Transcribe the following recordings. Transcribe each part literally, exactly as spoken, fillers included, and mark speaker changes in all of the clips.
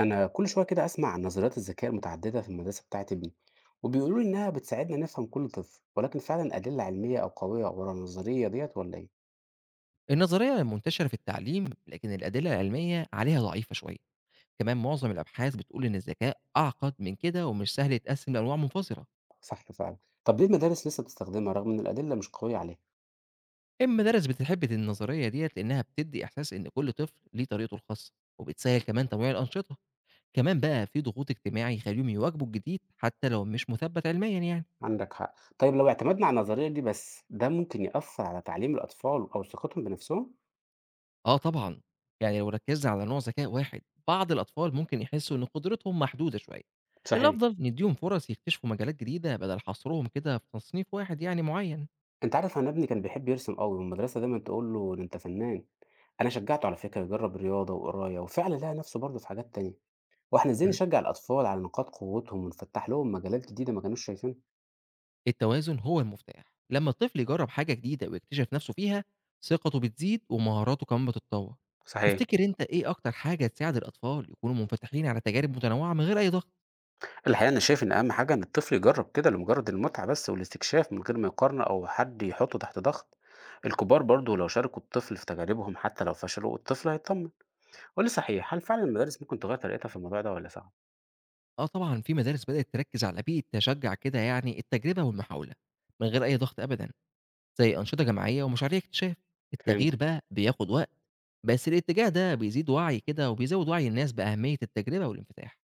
Speaker 1: أنا كل شوية كده أسمع عن نظريات الذكاء المتعددة في المدرسة بتاعت ابني، وبيقولوا لي إنها بتساعدنا نفهم كل طفل، ولكن فعلا أدلة علمية أو قوية ورا النظرية ديت ولا إيه؟
Speaker 2: النظرية منتشرة في التعليم، لكن الأدلة العلمية عليها ضعيفة شوية. كمان معظم الأبحاث بتقول إن الذكاء أعقد من كده ومش سهل يتقسم لأنواع منفصلة.
Speaker 1: صح فعلا. طب ليه المدارس لسه بتستخدمها رغم إن الأدلة مش قوية عليها؟
Speaker 2: المدارس بتحب النظرية ديت لأنها بتدي إحساس إن كل طفل ليه طريقته الخاصة، وبتسهل كمان تنويع الأنشطة. كمان بقى في ضغوط اجتماعي يخليهم يواكبوا الجديد حتى لو مش مثبت علميا يعني.
Speaker 1: عندك حق. طيب لو اعتمدنا على النظرية دي بس، ده ممكن يأثر على تعليم الأطفال أو ثقتهم بنفسهم؟
Speaker 2: آه طبعًا، يعني لو ركّزنا على نوع ذكاء واحد، بعض الأطفال ممكن يحسّوا إن قدرتهم محدودة شوية،
Speaker 1: صحيح.
Speaker 2: الأفضل ندّيهم فرص يكتشفوا مجالات جديدة بدل حصرهم كده في تصنيف واحد يعني معيّن.
Speaker 1: أنت عارف أنا ابني كان بيحب يرسم قوي، والمدرسة دايما تقول له ده أنت فنان. أنا شجعته على فكرة يجرب رياضة وقراية، وفعلا لقى نفسه برضه في حاجات تانية. وإحنا إزاي
Speaker 2: إمم.
Speaker 1: نشجّع الأطفال على نقاط قوتهم ونفتّح لهم مجالات جديدة ما كانوش شايفينها؟
Speaker 2: التوازن هو المفتاح، لمّا الطفل يجرّب حاجة جديدة ويكتشف نَفْسه فيها، ثقته بتزيد ومهاراته كمان بتتطوّر.
Speaker 1: صحيح.
Speaker 2: تفتكر أنت إيه أكتر حاجة تساعد الأطفال يكونوا منفتحين على تجارب متنوّعة من غير أي ضغط؟
Speaker 1: الحقيقة أنا شايف إن أهم حاجة إن الطفل يجرب كده لمجرد المتعة بس والاستكشاف، من غير ما يقارنه أو حد يحطه تحت ضغط. الكبار برضو لو شاركوا الطفل في تجاربهم حتى لو فشلوا، الطفل هيطمن. قولي صحيح، هل فعلا المدارس ممكن تغير طريقتها في الموضوع ده ولا صعب؟
Speaker 2: آه طبعًا، في مدارس بدأت تركّز على بيئة تشجّع كده يعني التجربة والمحاولة، من غير أي ضغط أبدًا. زي أنشطة جماعية ومشاريع اكتشاف.
Speaker 1: فهمت.
Speaker 2: التغيير بقى بياخد وقت، بس الاتجاه ده بيزيد وعي كده وبيزوّد وعي الناس بأهمية التجربة والانفتاح.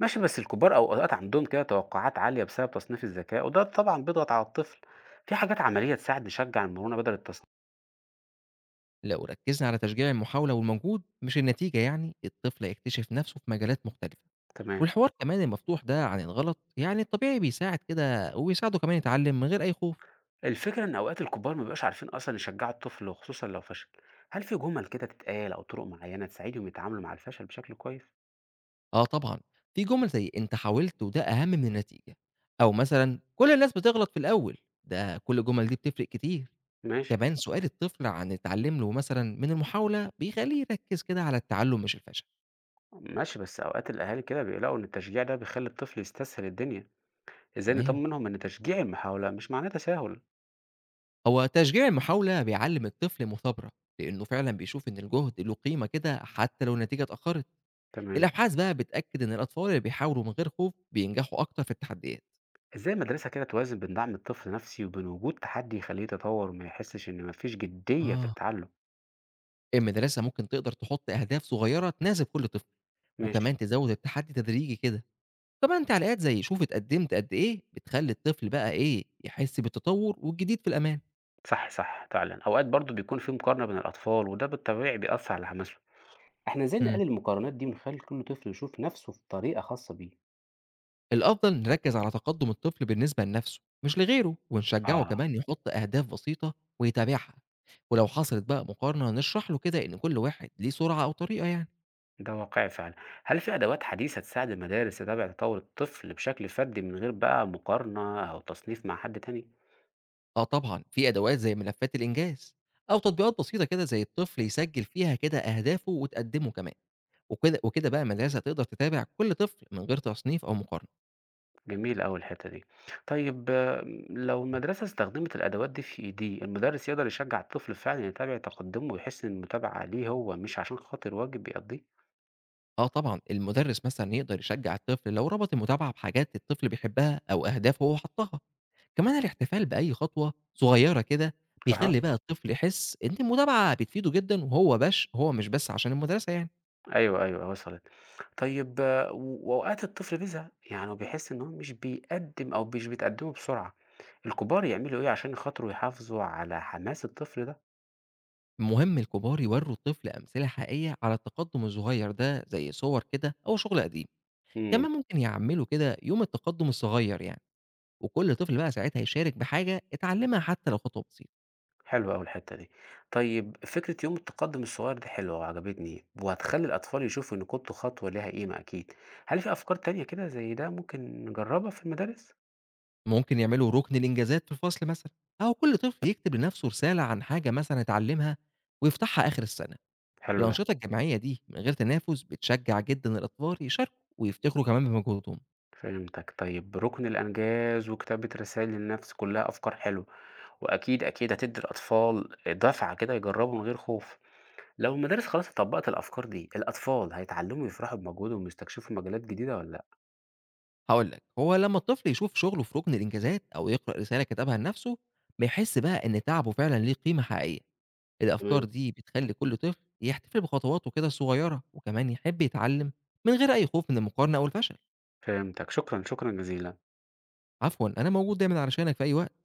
Speaker 1: ماشي، بس الكبار أوقات عندهم كده توقعات عالية بسبب تصنيف الذكاء، وده طبعا بيضغط على الطفل. في حاجات عملية تساعد نشجع المرونة بدل التصنيف؟
Speaker 2: لو ركّزنا على تشجيع المحاولة والمجهود مش النتيجة يعني، الطفل هيكتشف نَفْسه في مجالات مختلفة.
Speaker 1: تمام.
Speaker 2: والحوار كمان المفتوح ده عن الغلط، يعني الطبيعي بيساعد كده وبيساعده كمان يتعلّم من غير أي خوف.
Speaker 1: الفكرة إن أوقات الكبار ما بيبقاش عارفين أصلًا يشجعوا الطفل وخصوصًا لو فشل، هل في جمل كده تتقال أو طرق معينة تساعدهم يتعاملوا مع الفشل بشكل كويس؟
Speaker 2: آه طبعًا، في جُمل زي أنت حاولت وده أهم من النتيجة، أو مثلًا كل الناس بتغلط في الأول، ده كل الجُمل دي بتفرق كتير.
Speaker 1: ماشي.
Speaker 2: كمان سؤال الطفل عن اللي اتعلم له مثلًا من المحاولة بيخلّيه يركّز كده على التعلم مش الفشل،
Speaker 1: ماشي بس أوقات الأهالي كده بيقلقوا إن التشجيع ده بيخلي الطفل يستسهل الدنيا، إزاي
Speaker 2: تمام،
Speaker 1: نطمنهم إن تشجيع المحاولة مش معناه تساهل؟
Speaker 2: هو تشجيع المحاولة بيعلّم الطفل مثابرة، لإنه فعلًا بيشوف إن الجهد له قيمة كده حتى لو النتيجة اتأخرت،
Speaker 1: تمام.
Speaker 2: الأبحاث بقى بتأكد إن الأطفال اللي بيحاولوا من غير خوف بينجحوا أكتر في التحديات.
Speaker 1: إزاي المدرسة كده توازن بين دعم الطفل نفسي وبين وجود تحدي يخليه يتطور وما يحسش إن مفيش جدية في
Speaker 2: آه.
Speaker 1: التعلم؟
Speaker 2: المدرسة ممكن تقدر تحط أهداف صغيرة تناسب كل طفل،
Speaker 1: ماشي.
Speaker 2: وكمان تزوّد التحدي تدريجي كده، وكمان تعليقات زي شوف اتقدمت قد إيه بتخلّي الطفل بقى إيه يحس بالتطور والجديد في الأمان.
Speaker 1: صح صح فعلًا، أوقات برضه بيكون في مقارنة بين الأطفال وده بالطبيعي بيأثر على حماسهم. إحنا إزاي
Speaker 2: إمم.
Speaker 1: نقلل المقارنات دي ونخلي كل طفل يشوف نفسه في طريقة خاصة بيه؟
Speaker 2: الأفضل نركز على تقدم الطفل بالنسبة لنفسه مش لغيره ونشجعه
Speaker 1: آه.
Speaker 2: كمان مم. يحط أهداف بسيطة ويتابعها. ولو حصلت بقى مقارنة نشرح له كده إن كل واحد ليه سرعة أو طريقة يعني.
Speaker 1: ده واقعي فعلا. هل في أدوات حديثة تساعد المدارس تتابع تطور الطفل بشكل فردي من غير بقى مقارنة أو تصنيف مع حد تاني؟
Speaker 2: آه طبعا في أدوات زي ملفات الإنجاز أو تطبيقات بسيطة كده زي الطفل يسجل فيها كده أهدافه وتقدمه كمان. وكده وكده بقى المدرسة تقدر تتابع كل طفل من غير تصنيف أو مقارنة.
Speaker 1: جميل أوي الحتة دي. طيب آه، لو المدرسة استخدمت الأدوات دي في إيديه، المدرس يقدر يشجع الطفل فعلا يتابع تقدمه ويحس إن المتابعة ليه هو مش عشان خاطر واجب بيقضيه؟
Speaker 2: اه طبعا المدرس مثلا يقدر يشجع الطفل لو ربط المتابعه بحاجات الطفل بيحبها او اهداف هو حطها. كمان الاحتفال بأي خطوة صغيرة كده
Speaker 1: أها.
Speaker 2: بيخلّي بقى الطفل يحس إن المتابعة بتفيده جدًا وهو بش هو مش بس عشان المدرسة يعني.
Speaker 1: أيوه أيوه، وصلت. طيب آه، و وأوقات الطفل بيزهق، يعني هو بيحس إن هو مش بيقدّم أو مش بتقدّموا بسرعة، الكبار يعملوا إيه عشان خاطروا يحافظوا على حماس الطفل ده؟
Speaker 2: المهم الكبار يورّوا الطفل أمثلة حقيقية على التقدُّم الصغير ده زي صور كده أو شغل قديم.
Speaker 1: إمم.
Speaker 2: كمان ممكن يعمّلوا كده يوم التقدُّم الصغير يعني، وكل طفل بقى ساعتها يشارك بحاجة اتعلّمها حتى لو خطوة بسيطة.
Speaker 1: حلوة أوي الحتّة دي. طيب فكرة يوم التقدّم الصغير دي حلوة وعجبتني، وهتخلّي الأطفال يشوفوا إن كُلّ خطوة ليها قيمة أكيد. هل في أفكار تانية كده زي ده ممكن نجرّبها في المدارس؟
Speaker 2: ممكن يعملوا رُكن الإنجازات في الفصل مثلًا أو كل طفل يكتب لنَفْسه رسالة عن حاجة مثلًا اتعلّمها ويفتحها آخر السنة.
Speaker 1: حلو ده.
Speaker 2: الأنشطة الجماعية دي من غير تنافس بتشجع جدًا الأطفال يشاركوا ويفتخروا كمان بمجهودهم.
Speaker 1: فهمتك. طيب رُكن الإنجاز وكتابة رسائل للنَفْس كُلّها أفكار حلوة، وأكيد، أكيد هتدّي الأطفال دَفعة كده يجرّبوا من غير خوف. لو المدارس خلاص طبقت الأفكار دي، الأطفال هيتعلموا يفرحوا بمجهودهم ويستكشفوا مجالات جديدة والّا لأ؟
Speaker 2: هاقول لك هو لمّا الطفل يشوف شغله في ركن الإنجازات أو يقرأ رسالة كتبها لنفسه، بيحس بقى إن تعبه فعلًا ليه قيمة حقيقية، الأفكار
Speaker 1: تمام.
Speaker 2: دي بتخلي كل طفل يحتفل بخطواته كده الصغيرة، وكمان يحب يتعلم من غير أي خوف من المقارنة أو الفشل.
Speaker 1: فهمتك، شكرًا، شكرًا جزيلًا.
Speaker 2: عفوًا، أنا موجود دايمًا علشانك في أي وقت.